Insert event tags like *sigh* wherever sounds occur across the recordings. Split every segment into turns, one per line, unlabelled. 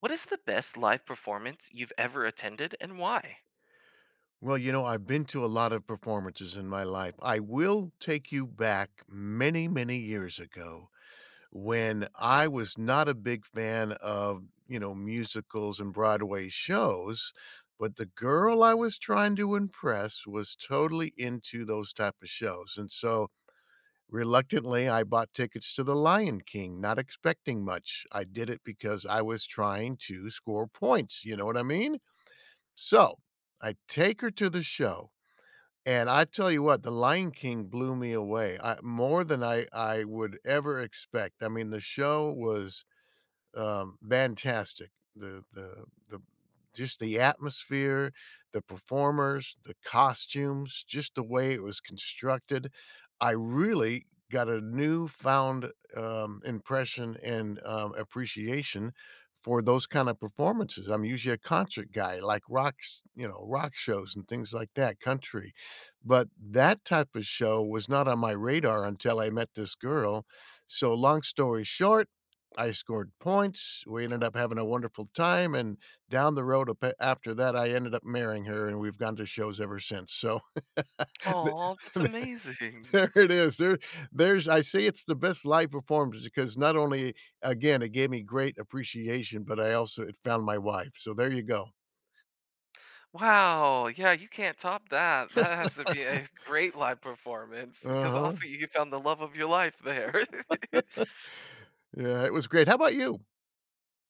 What is the best live performance you've ever attended and why?
Well, you know, I've been to a lot of performances in my life. I will take you back many, many years ago when I was not a big fan of, you know, musicals and Broadway shows, but the girl I was trying to impress was totally into those type of shows. And so reluctantly, I bought tickets to The Lion King, not expecting much. I did it because I was trying to score points. You know what I mean? So I take her to the show, and I tell you what, The Lion King blew me away, I more than I would ever expect. I mean, the show was fantastic. The just the atmosphere, the performers, the costumes, just the way it was constructed. I really got a newfound, impression and, appreciation for those kind of performances. I'm usually a concert guy, like rocks, you know, rock shows and things like that, country. But that type of show was not on my radar until I met this girl. So long story short, I scored points, we ended up having a wonderful time, and down the road a after that, I ended up marrying her, and we've gone to shows ever since, so *laughs* the
Oh, that's
*laughs*
amazing. *laughs*
there it is, there's I say it's the best live performance because not only again, it gave me great appreciation, but I also it found my wife, so there you go.
Wow, yeah, you can't top that. That has to be a great live performance because
Uh-huh.
also you found the love of your life there. *laughs*
Yeah, it was great. How about you?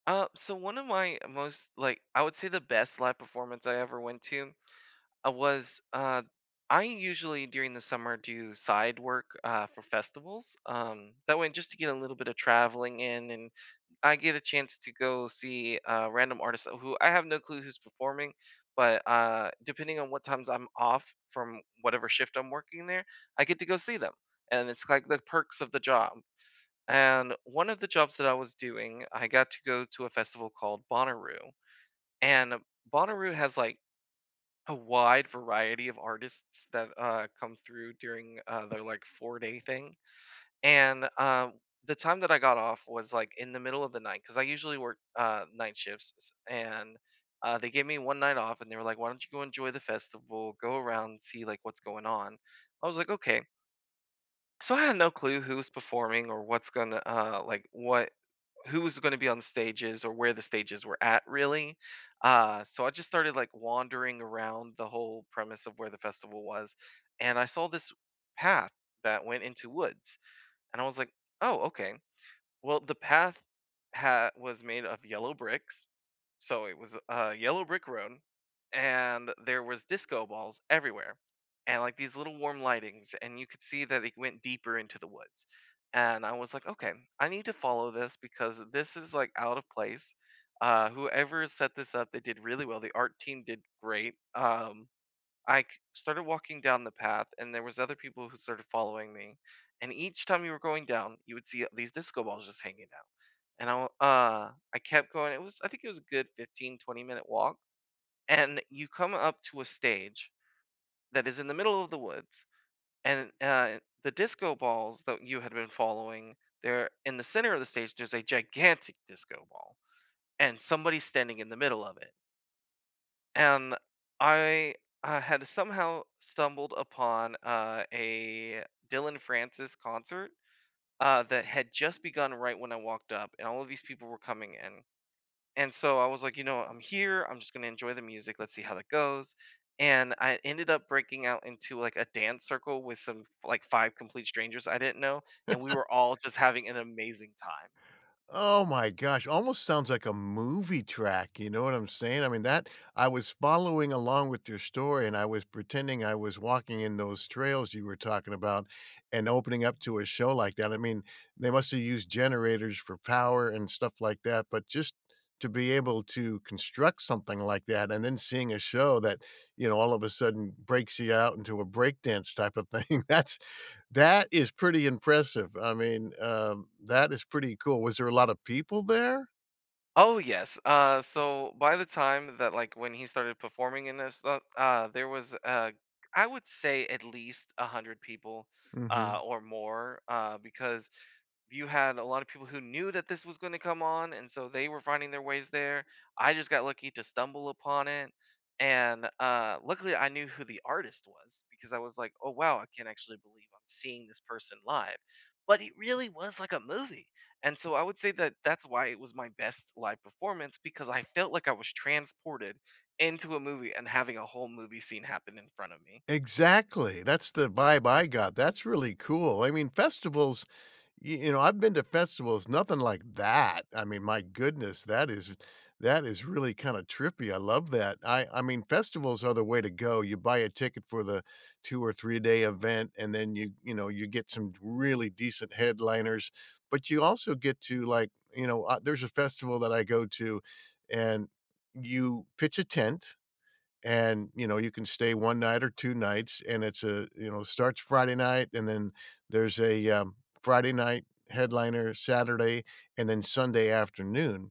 So one of my most like I would say the best live performance I ever went to was I usually during the summer do side work for festivals. That way just to get a little bit of traveling in, and I get a chance to go see a random artists who I have no clue who's performing, but depending on what times I'm off from whatever shift I'm working there, I get to go see them. And it's like the perks of the job. And one of the jobs that I was doing, I got to go to a festival called Bonnaroo. And Bonnaroo has like a wide variety of artists that come through during their like 4-day thing and, the time that I got off was, like, in the middle of the night because I usually work, night shifts s and, they gave me 1 night off, and they were like, "Why don't you go enjoy the festival, go around, see, like, what's going on?" I was like, "Okay." So I had no clue who was performing or what's gonna, like, what who was gonna be on stages or where the stages were at really. So I just started, like, wandering around the whole premise of where the festival was, and I saw this path that went into woods. And I was like, "Oh, okay." Well, the path was made of yellow bricks, so it was a yellow brick road, and there was disco balls everywhere, and like these little warm lightings, and you could see that it went deeper into the woods. And I was like, "Okay, I need to follow this because this is like out of place." Whoever set this up, they did really well. The art team did great. I c- started walking down the path, and there was other people who started following me. And each time you were going down, you would see these disco balls just hanging out. And I kept going. I think it was a good 15, 20-minute walk. And you come up to a stage that is in the middle of the woods. And the disco balls that you had been following, they're in the center of the stage. There's a gigantic disco ball, and somebody's standing in the middle of it, and I, had somehow stumbled upon, a Dylan Francis concert, that had just begun right when I walked up, and all of these people were coming in. And so I was like, "You know I'm here. I'm just gonna enjoy the music. Let's see how that goes." And I ended up breaking out into, like, a dance circle with some, like, 5 complete strangers I didn't know, and we were all just having an amazing time.
Oh my gosh, almost sounds like a movie track, you know what I'm saying? I mean, that I was following along with your story, and I was pretending I was walking in those trails you were talking about and opening up to a show like that. I mean, they must have used generators for power and stuff like that, but just to be able to construct something like that and then seeing a show that, you know, all of a sudden breaks you out into a breakdance type of thing, *laughs* that is pretty impressive. I mean, that is pretty cool. Was there a lot of people there?
Oh yes. So by the time that like when he started performing in this, there was I would say at least 100 people,
Mhm.
or more, because you had a lot of people who knew that this was going to come on, and so they were finding their ways there. I just got lucky to stumble upon it, and luckily I knew who the artist was because I was like, "Oh wow, I can't actually believe I'm seeing this person live." But it really was like a movie, and so I would say that that's why it was my best live performance, because I felt like I was transported into a movie and having a whole movie scene happen in front of me.
Exactly, that's the vibe I got, that's really cool. I mean, festivals, y you know, I've been to festivals, nothing like that. I mean, my goodness, that is really kinda trippy, I love that, I mean, festivals are the way to go, you buy a ticket for the 2 or 3-day event, and then you know, you get some really decent headliners, but you also get to, like, you know, there's a festival that I go to, and you pitch a tent, and you know you can stay one night or two nights, and it's a, you know, starts Friday night, and then there's a Friday night headliner, Saturday, and then Sunday afternoon.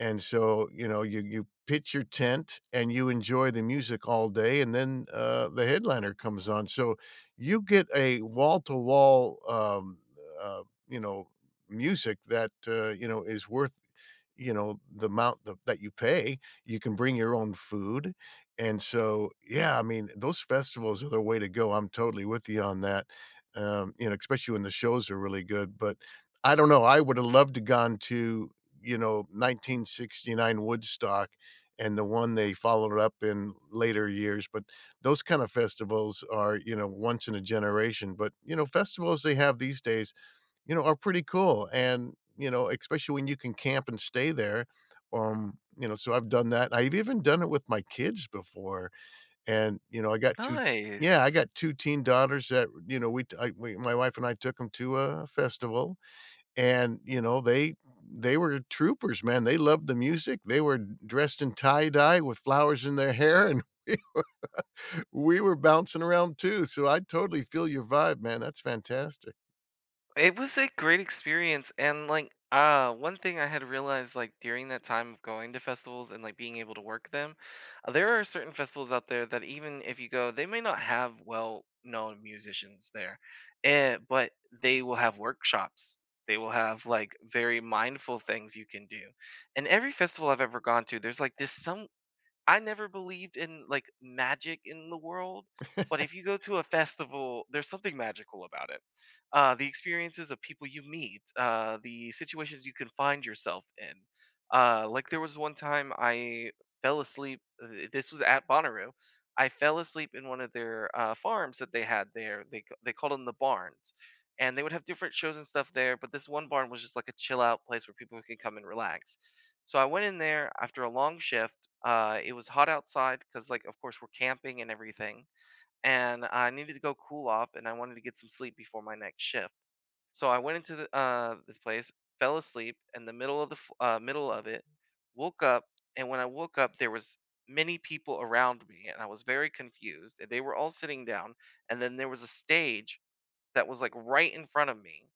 And so, you know, you pitch your tent and you enjoy the music all day, and then the headliner comes on, so you get a wall-to-wall uh, you know, music that, you know, is worth, you know, the amount th that you pay, you can bring your own food. And so, yeah, I mean, those festivals are the way to go, I'm totally with you on that. You know, especially when the shows are really good, but I don't know, I woulda loved to gone to, you know, 1969 Woodstock and the one they followed up in later years, but those kind of festivals are, you know, once in a generation. But, you know, festivals they have these days, you know, are pretty cool, and, you know, especially when you can camp and stay there. You know, so I've done that. I've even done it with my kids before, and, you know, I got 2, yeah, I
Nice.
got 2 teen daughters that, you know, we my wife and I took them to a festival, and, you know, they were troopers, man, they loved the music, they were dressed in tie-dye with flowers in their hair, and *laughs* we were bouncing around too, so I totally feel your vibe, man, that's fantastic.
It was a great experience, and, like, one thing I had realized, like, during that time of going to festivals and, like, being able to work them, there are certain festivals out there that even if you go, they may not have well-known musicians there, but they will have workshops. They will have, like, very mindful things you can do, and every festival I've ever gone to, there's, like, this some I never believed in like magic in the world, but if you go to a festival, there's something magical about it. The experiences of people you meet, the situations you can find yourself in. Like there was one time I fell asleep. This was at Bonnaroo. I fell asleep in one of their farms that they had there. They called them the barns, and they would have different shows and stuff there. But this one barn was just like a chill out place where people can come and relax, so I went in there after a long shift. It was hot outside because, like, of course, we're camping and everything. And I needed to go cool off, and I wanted to get some sleep before my next shift. So I went into the, this place, fell asleep in the middle of middle of it, woke up, and when I woke up, there was many people around me, and I was very confused. And they were all sitting down, and then there was a stage that was, like, right in front of me,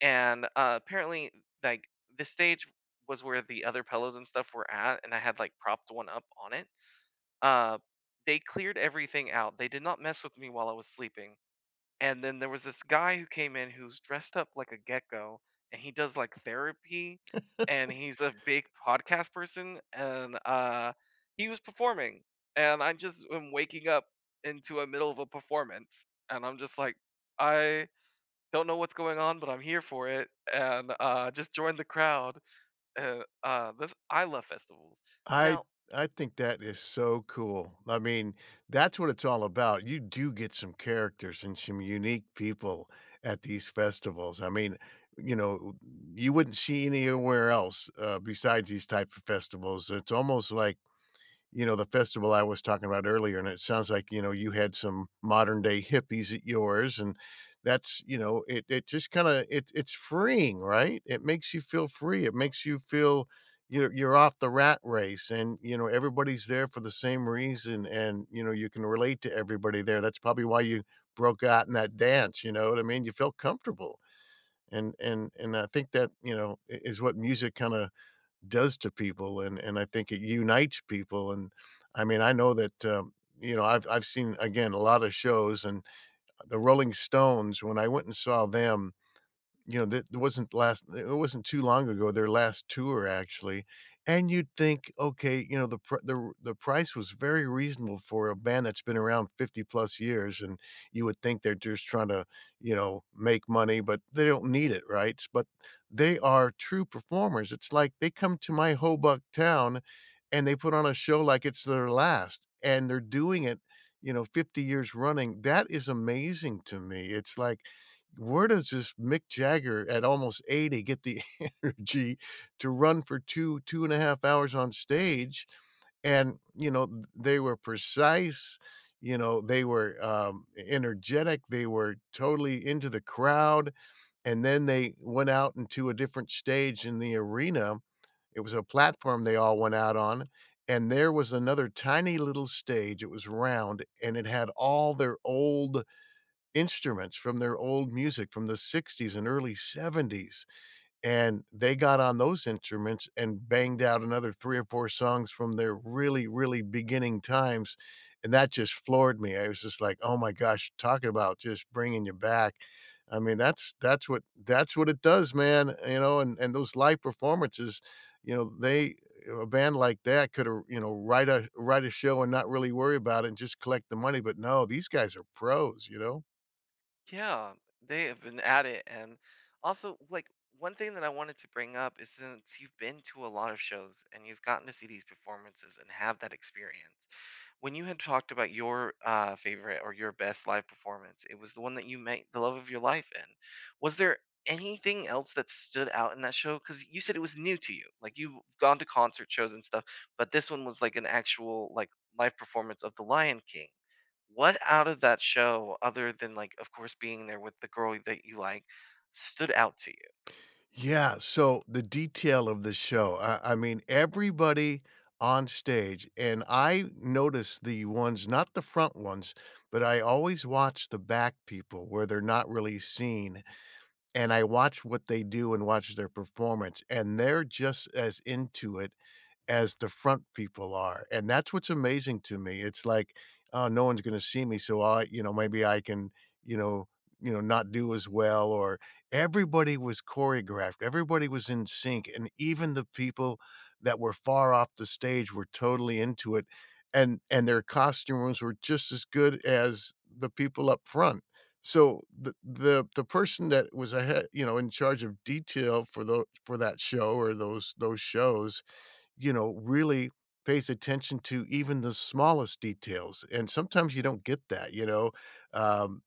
and, apparently, like, the stage was where the other pillows and stuff were at, and I had, like, propped one up on it. Uh, they cleared everything out, they did not mess with me while I was sleeping, and then there was this guy who came in who's dressed up like a gecko, and he does, like, therapy, and he's a big podcast person, and, he was performing, and I just am waking up into a middle of a performance, and I'm just like, I don't know what's going on, but I'm here for it, and, just join the crowd, and, this I love festivals.
I
Now
I think that is so cool. I mean, that's what it's all about. You do get some characters and some unique people at these festivals. I mean, you know, you wouldn't see anywhere else besides these type of festivals. It's almost like, you know, the festival I was talking about earlier, and it sounds like, you know, you had some modern day hippies at yours. And that's, you know, it just kinda it's freeing, right? It makes you feel free. It makes you feel you're off the rat race, and, you know, everybody's there for the same reason, and, you know, you can relate to everybody there. That's probably why you broke out in that dance, you know what I mean? You felt comfortable. And I think that, you know, I is what music kinda does to people, and I think it unites people. And I mean, I know that, you know, I've seen, again, a lot of shows, and the Rolling Stones, when I went and saw them, you know, that it wasn't last it wasn't too long ago, their last tour actually. And you'd think, okay, you know, the pr the r the price was very reasonable for a band that's been around 50 plus years, and you would think they're just trying to, you know, make money, but they don't need it, right? But they are true performers. It's like they come to my Hobuck town, and they put on a show like it's their last, and they're doing it, you know, 50 years running. That is amazing to me. It's like where does this Mick Jagger at almost 80 get the *laughs* energy to run for 2, 2.5 hours on stage? And, you know, th they were precise, you know, they were, energetic, they were totally into the crowd, and then they went out into a different stage in the arena. It was a platform they all went out on, and there was another tiny little stage, it was round, and it had all their old instruments from their old music from the '60s and early '70s, and they got on those instruments and banged out another 3 or 4 songs from their really, really beginning times, and that just floored me. I was just like, "Oh my gosh, talk about just bringing you back." I mean, that's what it does, man, you know, and those live performances, you know, they a band like that could have, you know, write a show and not really worry about it and just collect the money, but no, these guys are pros, you know?
Yeah, they have been at it. And also, like, one thing that I wanted to bring up is since you've been to a lot of shows and you've gotten to see these performances and have that experience, when you had talked about your favorite or your best live performance, it was the one that you made the love of your life in. Was there anything else that stood out in that show? Because you said it was new to you. Like, you've gone to concert shows and stuff, but this one was like an actual, like, live performance of The Lion King. What out of that show, other than, like, of course, being there with the girl that you like, stood out to you?
Yeah, so the detail of the show, I mean, everybody on stage, and I notice the ones not the front ones, but I always watch the back people where they're not really seen, and I watch what they do and watch their performance, and they're just as into it as the front people are, and that's what's amazing to me. It's like, "Oh, no one's gonna see me, so I, you know, maybe I can, you know, you know, not do as well," or everybody was choreographed, everybody was in sync, and even the people that were far off the stage were totally into it, and their costumes were just as good as the people up front. So, the person that was ahead, you know, in charge of detail for the for that show or those shows, you know, really pays attention to even the smallest details, and sometimes you don't get that, you know? Um,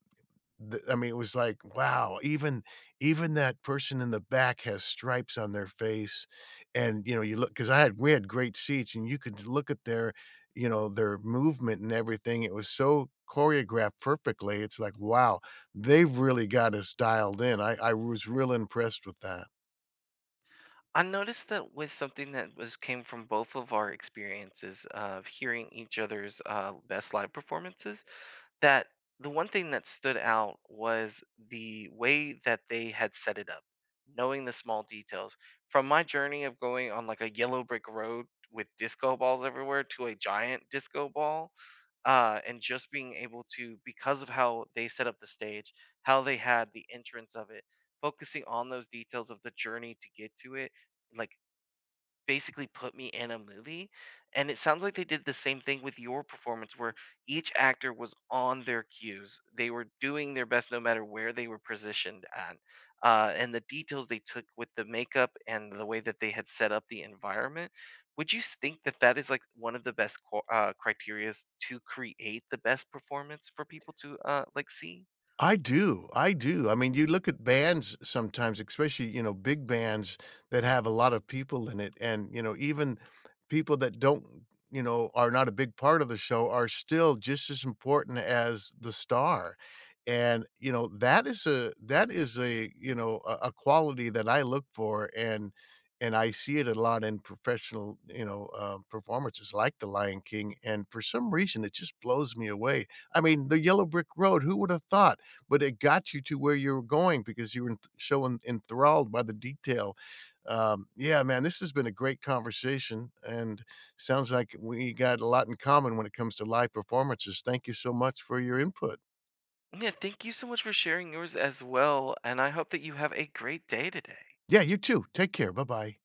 th I mean, it was like, wow, even that person in the back has stripes on their face, and, you know, you look because I had we had great seats, and you could look at their, you know, their movement and everything, it was so choreographed perfectly, it's like, wow, they've really got us dialed in, I was real impressed with that.
I noticed that with something that was came from both of our experiences of hearing each other's, best live performances, that the one thing that stood out was the way that they had set it up, knowing the small details. From my journey of going on like a yellow brick road with disco balls everywhere to a giant disco ball, and just being able to, because of how they set up the stage, how they had the entrance of it, focusing on those details of the journey to get to it, like basically put me in a movie. And it sounds like they did the same thing with your performance where each actor was on their cues. They were doing their best no matter where they were positioned at. And the details they took with the makeup and the way that they had set up the environment. Would you think that that is like one of the best criterias to create the best performance for people to like see?
I do, I do. I mean, you look at bands sometimes, especially, you know, big bands that have a lot of people in it, and, you know, even people that don't, you know, are not a big part of the show, are still just as important as the star. And, you know, that is a, you know, a quality that I look for, and I see it a lot in professional, you know, performances like The Lion King. And for some reason, it just blows me away. I mean, The Yellow Brick Road, who would have thought? But it got you to where you were going because you were enth so en enthralled by the detail. Yeah, man, this has been a great conversation, and sounds like we got a lot in common when it comes to live performances. Thank you so much for your input.
Yeah, thank you so much for sharing yours as well. And I hope that you have a great day today.
Yeah, you too. Take care. Bye-bye.